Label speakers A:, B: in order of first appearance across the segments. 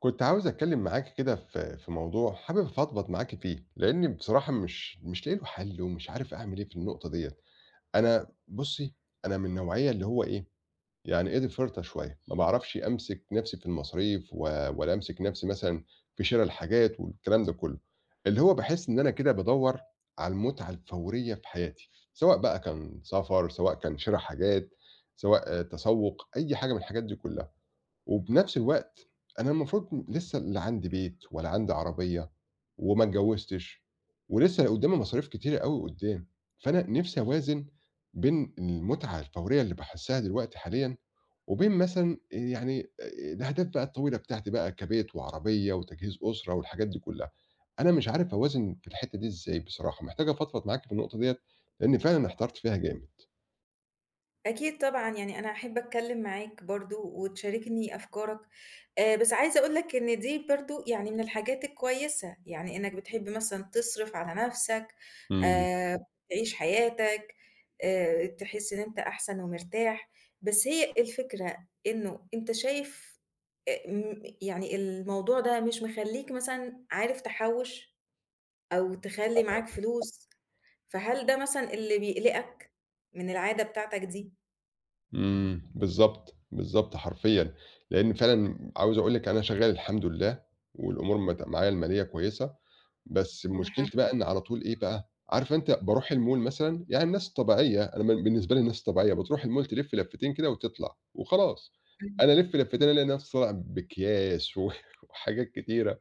A: كنت عاوز أتكلم معاكِ كده في موضوع حابب أفضفض معاكِ فيه، لإني بصراحة مش لاقي له حل ومش عارف أعمل إيه في النقطة ديّة. أنا بُصّي، أنا من النوعية اللي هو إيه، يعني إيدي فِرطة شوية، ما باعرفش أمسك نَفْسي في المصاريف ولا أمسك نَفْسي مثلًا في شِرا الحاجات والكلام ده كُلّه. اللي هو باحس إن أنا كده بادوّر على المتعة الفورية في حياتي، سواء بقى كان سفر، سواء كان شِرا حاجات، سواء تسوُّق، أي حاجة من الحاجات دي كُلّها. وبنفس الوقت أنا المفروض لسه لا عندي بيت ولا عندي عربية وما اتجوّزتش ولسه قدّامي مصاريف كتيرة أوي قدّام، فأنا نِفْسي أوازن بين المتعة الفورية اللي باحسّها دلوقتي حاليًا وبين مثلًا يعني الأهداف بقى الطويلة بتاعتي بقى كبيت وعربية وتجهيز أسرة والحاجات دي كُلّها، أنا مش عارف أوازن في الحتّة دي إزاي بصراحة، محتاج أفضفض معاك في النقطة ديّة لإن فعلًا احترت فيها جامد.
B: أكيد طبعًا، يعني أنا هاحب أتكلّم معاك برضه وتشاركني أفكارك. بس عايزة أقول لك إن دي برضه يعني من الحاجات الكويسة، يعني إنّك بتحب مثلًا تصرف على نَفْسك،
A: إمم.
B: آآ تعيش حياتك، تحس إن أنت أحسن ومرتاح. بس هي الفكرة إنه أنت شايف م يعني الموضوع ده مش مخلّيك مثلًا عارف تحوّش أو تخلّي معاك فلوس، فهل ده مثلًا اللي بيقلقك من العادة بتاعتك دي؟
A: إمم، بالضبط، بالضبط حرفيًا، لإن فعلًا عاوز أقول لِك أنا شغّال الحمد لله، والأمور مت معايا المالية كويسة، بس
B: الحمد
A: مشكلتي بقى إن على طول إيه بقى، عارفة أنتِ باروح المول مثلًا، يعني الناس الطبيعية، أنا بالنسبة لي الناس الطبيعية بتروح المول تلِف لفتين كده وتطلع وخلاص،
B: إمم.
A: أنا ألِف لفتين ألاقي نفسي طالع بأكياس و وحاجات كتيرة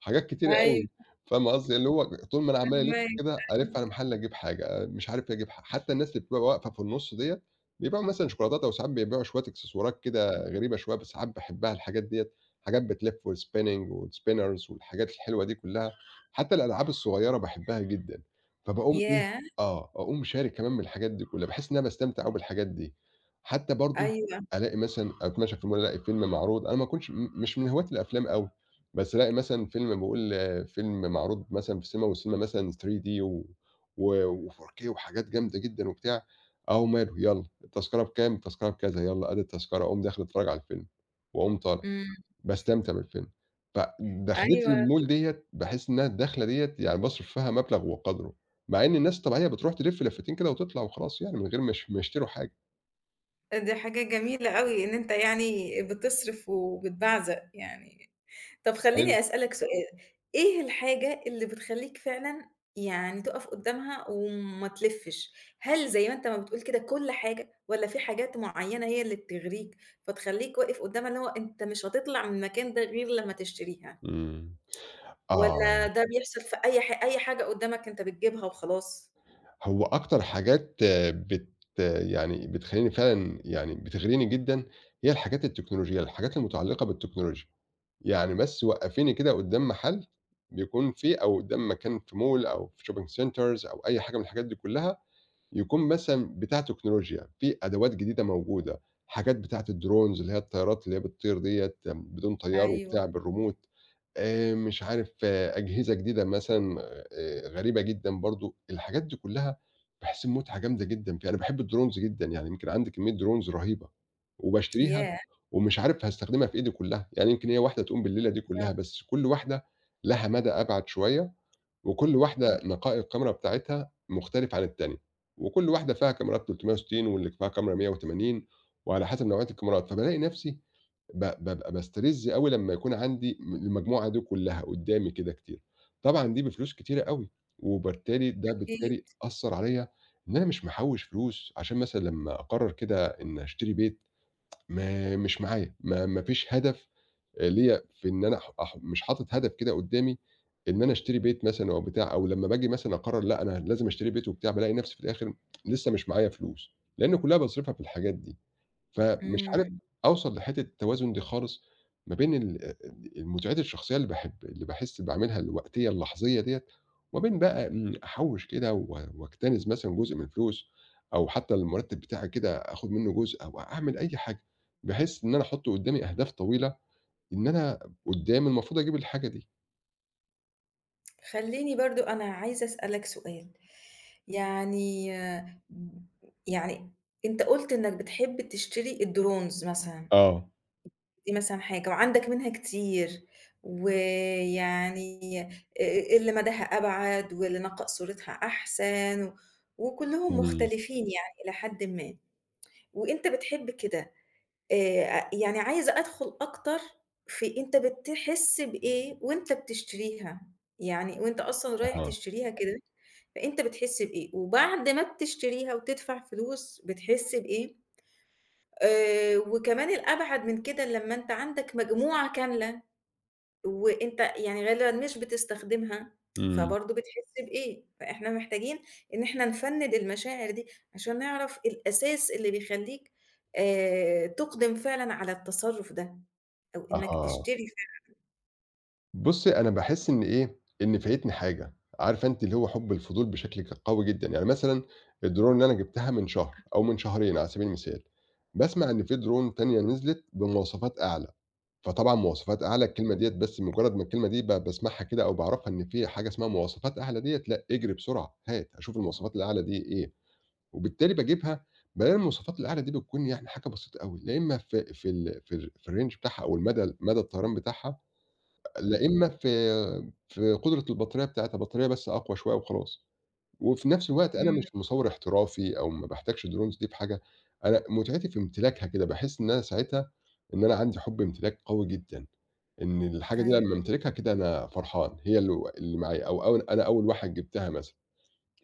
A: حاجات كتيرة أوي،
B: أيوه،
A: فاهمة قصدي؟ اللي هو طول ما أنا عمّال ألِف
B: فاهماك،
A: كده، ألِف على
B: أيوه.
A: محل أجيب حاجة، مش عارف إيه أجيب حتى الناس اللي بتبقى واقفة في النُص ديّة، بيبيعوا مثلًا شوكولاتات أو ساعات بيبيعوا شوية إكسسوارات كده غريبة شوية، بس ساعات باحبها الحاجات ديّة، حاجات بتلِف وspinning وspinners والحاجات الحلوة دي كلّها، حتى الألعاب الصغيّرة باحبها جدًا، فباقوم إيه
B: ياه!
A: أقوم شاري كمان من الحاجات دي كلّها، باحس إن أنا باستمتع أوي بالحاجات دي، حتى برضه
B: أيوه.
A: ألاقي مثلًا أتمشى في المول ألاقي فيلم معروض، أنا ما أكونش مش من هواة الأفلام أوي. بس ألاقي مثلًا فيلم باقول فيلم معروض مثلًا في السينما والسينما مثلًا 3D و و و4K وحاجات جامدة جدًا وبتاع، أهو ماله يالّا التذكرة بكام، التذكرة بكذا، يالّا آدي التذكرة، أقوم داخل أتفرّج على الفيلم وأقوم طالع،
B: إمم.
A: باستمتع بالفيلم. فدخلتي
B: أيوه،
A: للmall ديّة باحس إنها الدخلة ديّة يعني باصرف فيها مبلغ وقدره، مع إن الناس الطبيعية بتروح تلِف لفتين كده وتطلع وخلاص يعني من غير ما ما يشتروا حاجة.
B: دي حاجة جميلة أوي إن أنت يعني بتصرف وبتبعزق يعني. طب
A: أيوه.
B: خلّيني أسألك سؤال، إيه الحاجة اللي بتخلّيك فعلًا يعني تُقف قدّامها وما تلِفّش؟ هل زي ما أنت ما بتقول كده كل حاجة والّا في حاجات معيّنة هي اللي بتغريك فتخلّيك واقف قدّامها اللي هو أنت مش هتطلع من المكان ده غير لمّا تشتريها؟
A: إمم.
B: والّا
A: آه.
B: ده بيحصل في أي حاجة قدّامك أنت بتجيبها وخلاص؟
A: هو أكتر حاجات آه، يعني بتخلّيني فعلًا يعني بتغريني جدًا، هي الحاجات التكنولوجية، الحاجات المتعلقة بالتكنولوجيا، يعني بس وقّفيني كده قدّام محل بيكون فيه أو قدّام مكان في mall أو في shopping centers أو أي حاجة من الحاجات دي كلّها، يكون مثلًا بتاع تكنولوجيا، في أدوات جديدة موجودة، حاجات بتاعة الdrones اللي هي الطيارات اللي هي بتطير ديّة بدون طيار
B: أيوه،
A: وبتاع بالريموت، مش عارف أجهزة جديدة مثلًا غريبة جدًا برضه، الحاجات دي كلّها باحس بمتعة جامدة جدًا فيها، أنا باحب الdrones جدًا، يعني يمكن عندي كمية drones رهيبة وباشتريها
B: ياه!
A: ومش عارف هاستخدمها في إيدي كلّها، يعني يمكن هي واحدة تقوم بالليلة دي كلّها،
B: بالضبط،
A: بس كل واحدة لها مدى أبعد شوية وكل
B: اهم.
A: واحدة نقاء الكاميرا بتاعتها مختلف عن التانية، وكل واحدة فيها كاميرات 360 واللي فيها كاميرا 180 وعلى حسب نوعية الكاميرات، فبالاقي نفسي بابقى باسترِز أوي لمّا يكون عندي المجموعة دي كلّها قدّامي كده كتير، طبعًا دي بفلوس كتيرة أوي، وبالتالي ده
B: أكيد.
A: بالتالي أثّر عليَّ إن أنا مش محوّش فلوس عشان مثلًا لمّا أقرر كده إن هاشتري بيت ما مش معايا، ما فيش هدف ليّا في إن أنا أح أح مش حاطط هدف كده قدّامي إن أنا أشتري بيت مثلًا أو بتاع أو لمّا باجي مثلًا أقرر لأ أنا لازم أشتري بيت وبتاع، بالاقي نفسي في الآخر لسه مش معايا فلوس، لإن كلّها باصرفها في الحاجات دي. فمش عارف
B: إمم.
A: أوصل لحتّة التوازن دي خالص ما بين ال المُتعات الشخصية اللي باحب اللي باحس باعملها الوقتية اللحظية ديّة، وما بين بقى أحوّش كده و واجتنز مثلًا جزء من الفلوس، أو حتّى المُرتّب بتاعي كده آخُد منّه جزء أو أعمل أي حاجة، بحيث إن أنا أحُط قدّامي أهداف طويلة، إن أنا قدّام المفروض أجيب الحاجة دي.
B: خلّيني برضه أنا عايزة أسألك سؤال. يعني يعني أنت قُلت إنّك بتحب تشتري الdrones مثلًا،
A: آه،
B: دي مثلًا حاجة وعندك منها كتير، ويعني اللي مداها أبعد واللي نقَّأ صورتها أحسن، وكلّهم
A: إمم،
B: مختلفين يعني إلى حدٍ ما، وأنت بتحب كده. يعني عايزة أدخل أكتر في أنت بتحس بإيه وأنت بتشتريها، يعني وأنت أصلًا رايح
A: أها،
B: تشتريها كده، فأنت بتحس بإيه، وبعد ما بتشتريها وتدفع فلوس بتحس بإيه، وكمان الأبعد من كده لمّا أنت عندك مجموعة كاملة وأنت يعني غالبًا مش بتستخدمها،
A: إمم،
B: فبرضه بتحس بإيه؟ فإحنا محتاجين إن إحنا نفَنِّد المشاعر دي عشان نعرف الأساس اللي بيخلّيك تُقدم فعلًا على التصرُّف ده أو إنّك
A: أها.
B: تشتري فعلًا.
A: بُصّي، أنا باحس إن إيه، إن فايتني حاجة، عارفة أنتِ اللي هو حُب الفضول بشكل قوي جدًا، يعني مثلًا الدرون اللي أنا جِبتها من شهر أو من شهرين على سبيل المثال، باسمع إن في درون تانية نزلت بمواصفات أعلى، فطبعًا مواصفات أعلى الكلمة ديّة بس مجرّد ما الكلمة دي باسمعها كده أو باعرفها إن في حاجة اسمها مواصفات أعلى ديّة، لأ اجري بسرعة، هات، أشوف المواصفات الأعلى دي إيه، وبالتالي باجيبها بالاقي المواصفات الأعلى دي بتكون يعني حاجة بسيطة أوي، لا إما في في ال في الر في الrange بتاعها أو مدى الطيران بتاعها لإما في في قدرة البطارية بتاعتها، بطارية بس أقوى شوية وخلاص. وفي نفس الوقت أنا
B: إمم،
A: مش مصوّر احترافي أو ما باحتاجش drones دي في حاجة، أنا متعتي في امتلاكها كده، باحس إن أنا ساعتها إن أنا عندي حُب امتلاك قوي جدًا، إن الحاجة دي لمّا
B: أيوه،
A: أمتلكها كده أنا فرحان، هي اللي معايا أو أنا أول واحد جِبتها مثلًا.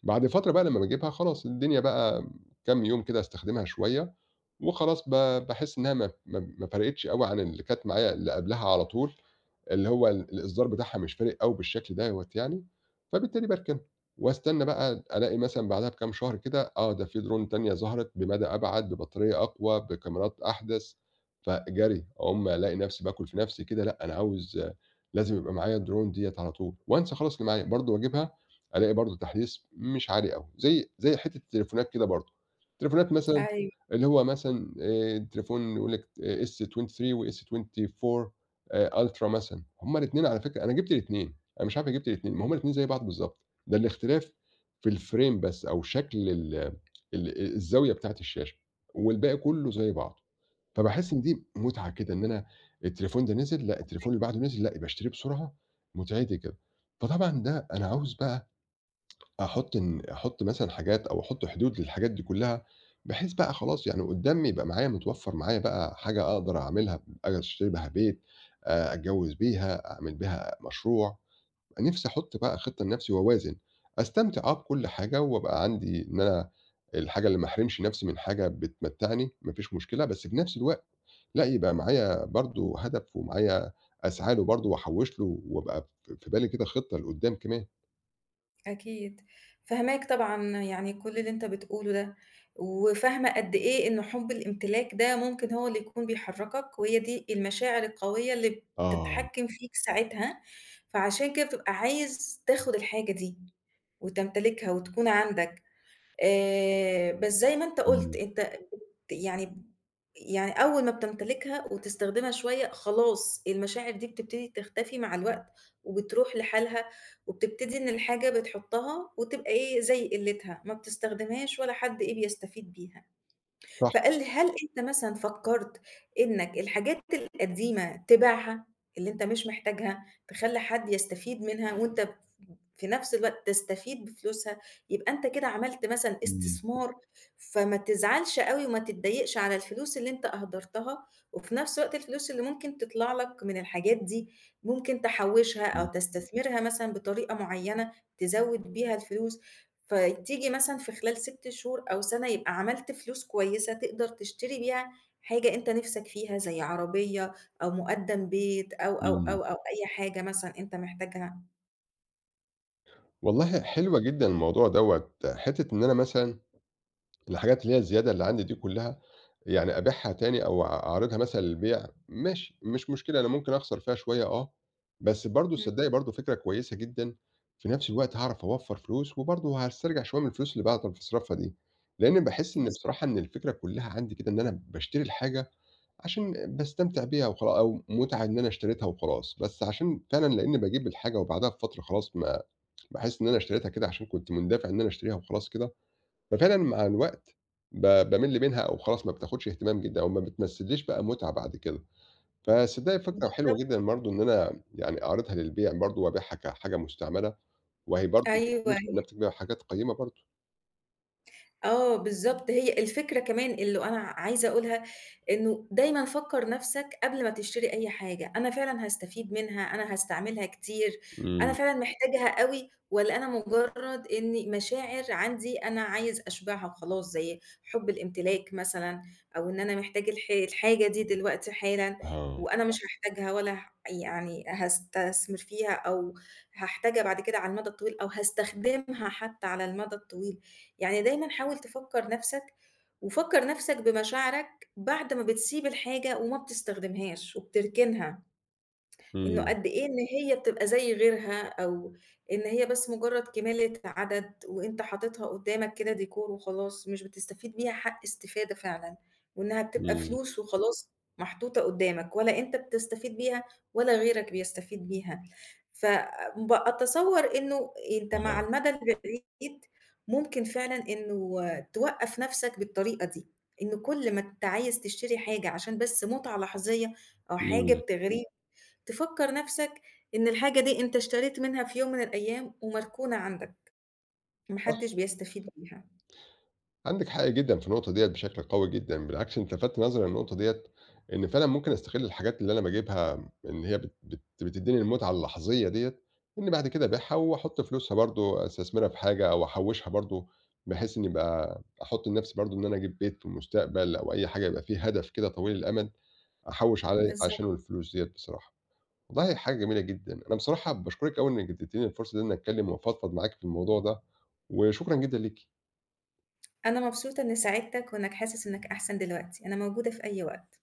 A: بعد فترة بقى لمّا باجيبها خلاص الدنيا بقى كام يوم كده أستخدمها شوية، وخلاص باحس إنها ما فرقتش أوي عن اللي كانت معايا اللي قبلها على طول، اللي هو الإصدار بتاعها مش فارق أوي بالشكل دوّة يعني، فبالتالي باركنها، واستنى بقى ألاقي مثلًا بعدها بكام شهر كده ده في drone تانية ظهرت بمدى أبعد، ببطارية أقوى، بكاميرات أحدث، فجري أقوم ألاقي نفسي باكل في نفسي كده لأ أنا عاوز لازم يبقى معايا الdrone ديّة على طول، وأنسى خالص اللي معايا برضه وأجيبها ألاقي برضه تحديث مش عالي أوي، زي حتّة التليفونات كده برضه، التليفونات مثلًا
B: أيوه.
A: اللي هو مثلًا تليفون يقول لك S23 وS24 Ultra مثلًا، هُم الاتنين على فكرة أنا جِبت الاتنين، أنا مش عارف أنا جِبت الاتنين، ما هُم الاتنين زي بعض بالضبط، ده الاختلاف في الframe بس أو شكل ال ال الزاوية بتاعة الشاشة، والباقي كلّه زي بعضه، فباحس إن دي متعة كده إن أنا التليفون ده نزل، لأ التليفون اللي بعده نزل، لأ يبقى اشتريه بسرعة، متعتي كده، فطبعًا ده أنا عاوز بقى أحُط إن أحُط مثلًا حاجات أو أحُط حدود للحاجات دي كلّها، بحيث بقى خلاص يعني قدّام يبقى معايا متوفّر معايا بقى حاجة أقدر أعملها أشتري بيها بيت، أتجوّز بيها، أعمل بيها مشروع، نِفْسي أحُط بقى خطة لنَفْسي وأوازن، أستمتع بكل حاجة وأبقى عندي إن أنا الحاجة اللي ما احرمش نَفْسي من حاجة بتمتّعني، ما فيش مشكلة، بس في نَفْس الوقت لأ، يبقى معايا برضه هدف ومعايا أسعى له برضه وأحوّش له وأبقى في بالي كده خطة لقدّام كمان.
B: أكيد، فاهماك طبعًا يعني كل اللي أنت بتقوله ده، وفاهمة قد إيه إن حُب الإمتلاك ده ممكن هو اللي يكون بيحرّكك، وهي دي المشاعر القوية اللي
A: آه،
B: بتتحكّم فيك ساعتها، فعشان كده بتبقى عايز تاخد الحاجة دي، وتمتلكها وتكون عندك. بس زي ما أنت قُلت
A: إمم،
B: أنت بت يعني يعني أول ما بتمتلكها وتستخدمها شوية خلاص المشاعر دي بتبتدي تختفي مع الوقت، وبتروح لحالها، وبتبتدي إن الحاجة بتحطها وتبقى إيه زي قِلِّتها، ما بتستخدمهاش ولا حد إيه بيستفيد بيها.
A: صح.
B: فقال لي: "هل أنت مثلًا فكّرت إنّك الحاجات القديمة تبيعها، اللي أنت مش محتاجها، تخلّي حد يستفيد منها وأنت ف في نفس الوقت تستفيد بفلوسها، يبقى أنت كده عملت مثلًا
A: إمم،
B: استثمار، فما تزعلش أوي وما تتضايقش على الفلوس اللي أنت أهدرتها، وفي نفس الوقت الفلوس اللي ممكن تطلع لك من الحاجات دي ممكن تحوّشها أو
A: إمم،
B: تستثمرها مثلًا بطريقة معيّنة تزوّد بيها الفلوس." فتيجي مثلًا في خلال 6 شهور أو سَنة يبقى عملت فلوس كويسة تقدر تشتري بيها حاجة أنت نِفْسك فيها زي عربية أو مُقدَّم بيت أو، أو،
A: إمم.
B: أو، أو أي حاجة مثلًا أنت محتاجها.
A: والله حلوة جدًا الموضوع دوّة، حتّة إن أنا مثلًا الحاجات اللي هي الزيادة اللي عندي دي كلّها يعني أبيعها تاني أو أعرضها مثلًا للبيع ماشي، مش مشكلة أنا ممكن أخسر فيها شوية بس برضه
B: إمم.
A: تصدّقي برضه فكرة كويسة جدًا، في نفس الوقت هاعرف أوفّر فلوس وبرضه هاسترجع شوية من الفلوس اللي باعرف أصرفها دي، لإن باحس إن
B: بس
A: بصراحة إن الفكرة كلّها عندي كده إن أنا باشتري الحاجة عشان باستمتع بيها وخلا أو مُتعة إن أنا اشتريتها وخلاص، بس عشان فعلًا لإنّي باجيب الحاجة وبعدها بفترة خلاص ما باحس إن أنا اشتريتها كده عشان كنت مُندفع إن أنا اشتريها وخلاص كده، ففعلًا مع الوقت ب بامِل منها أو خلاص ما بتاخدش اهتمام جدًا أو ما بتمثّليش بقى مُتعة بعد كده. فصدّقي فكرة
B: بالضبط.
A: حلوة
B: بالضبط،
A: جدًا برضه إن أنا يعني أعرضها للبيع برضه وأبيعها كحاجة مستعملة، وهي برضه
B: أيوه.
A: بفلوس لإنّها بتبقى حاجات قيّمة برضه.
B: آه بالضبط، هي الفكرة كمان اللي أنا عايزة أقولها إنه دايمًا فكّر نَفْسك قبل ما تشتري أي حاجة، أنا فعلًا هاستفيد منها، أنا هاستعملها كتير، أنا
A: إمم،
B: فعلًا محتاجها أوي والّا أنا مجرّد إني مشاعر عندي أنا عايز أشبعها وخلاص، زي حُب الإمتلاك مثلًا أو إن أنا محتاج الحاجة دي دلوقتي حالًا
A: آه،
B: وأنا مش هاحتاجها ولا يعني هاستثمر فيها أو هاحتاجها بعد كده على المدى الطويل أو هاستخدمها حتى على المدى الطويل. يعني دايمًا حاول تفكّر نَفْسك وفكّر نَفْسك بمشاعرك بعد ما بتسيب الحاجة وما بتستخدمهاش وبتركنها. إنه
A: إمم،
B: قد إيه إن هي بتبقى زي غيرها أو إن هي بس مجرّد كمالة عدد وأنت حاططها قدّامك كده ديكور وخلاص، مش بتستفيد بيها حق استفادة فعلًا وإنها بتبقى
A: إمم،
B: فلوس وخلاص محطوطة قدّامك ولا أنت بتستفيد بيها ولا غيرك بيستفيد بيها. ف ب أتصوّر إنه أنت مع
A: آه،
B: المدى البعيد ممكن فعلًا إنه توقّف نَفْسك بالطريقة دي، إنه كل ما أنت عايز تشتري حاجة عشان بس مُتعة لحظية أو حاجة
A: إمم،
B: بتغريك تفكّر نَفْسك إن الحاجة دي أنت اشتريت منها في يوم من الأيام ومركونة عندك، ما
A: صح.
B: حدّش بيستفيد بيها.
A: عندِك حق جدًا في النقطة ديّة بشكل قوي جدًا، بالعكس أنت لفتت نظري للنقطة ديّة، إن فعلًا ممكن أستغل الحاجات اللي أنا باجيبها إن هي بت بت بتدّيني المتعة اللحظية ديّة، إني بعد كده أبيعها وأحط فلوسها برضه أستثمرها في حاجة أو أحوّشها برضه، بحيث إني يبقى أحط لنفسي برضه إن أنا أجيب بيت في المستقبل أو أي حاجة يبقى فيه هدف كده طويل الأمد، أحوّش عليه
B: بالضبط.
A: عشانه الفلوس ديّة بصراحة. والله حاجة جميلة جدًا، أنا بصراحة باشكرِك أوي إنِّك اديتيني الفرصة دي إن أتكلم وأفضفض معاك في الموضوع ده، وشكرًا جدًا ليكِ.
B: أنا مبسوطة إنّي ساعدتك وإنّك حاسس إنّك أحسن دلوقتي، أنا موجودة في أي وقت.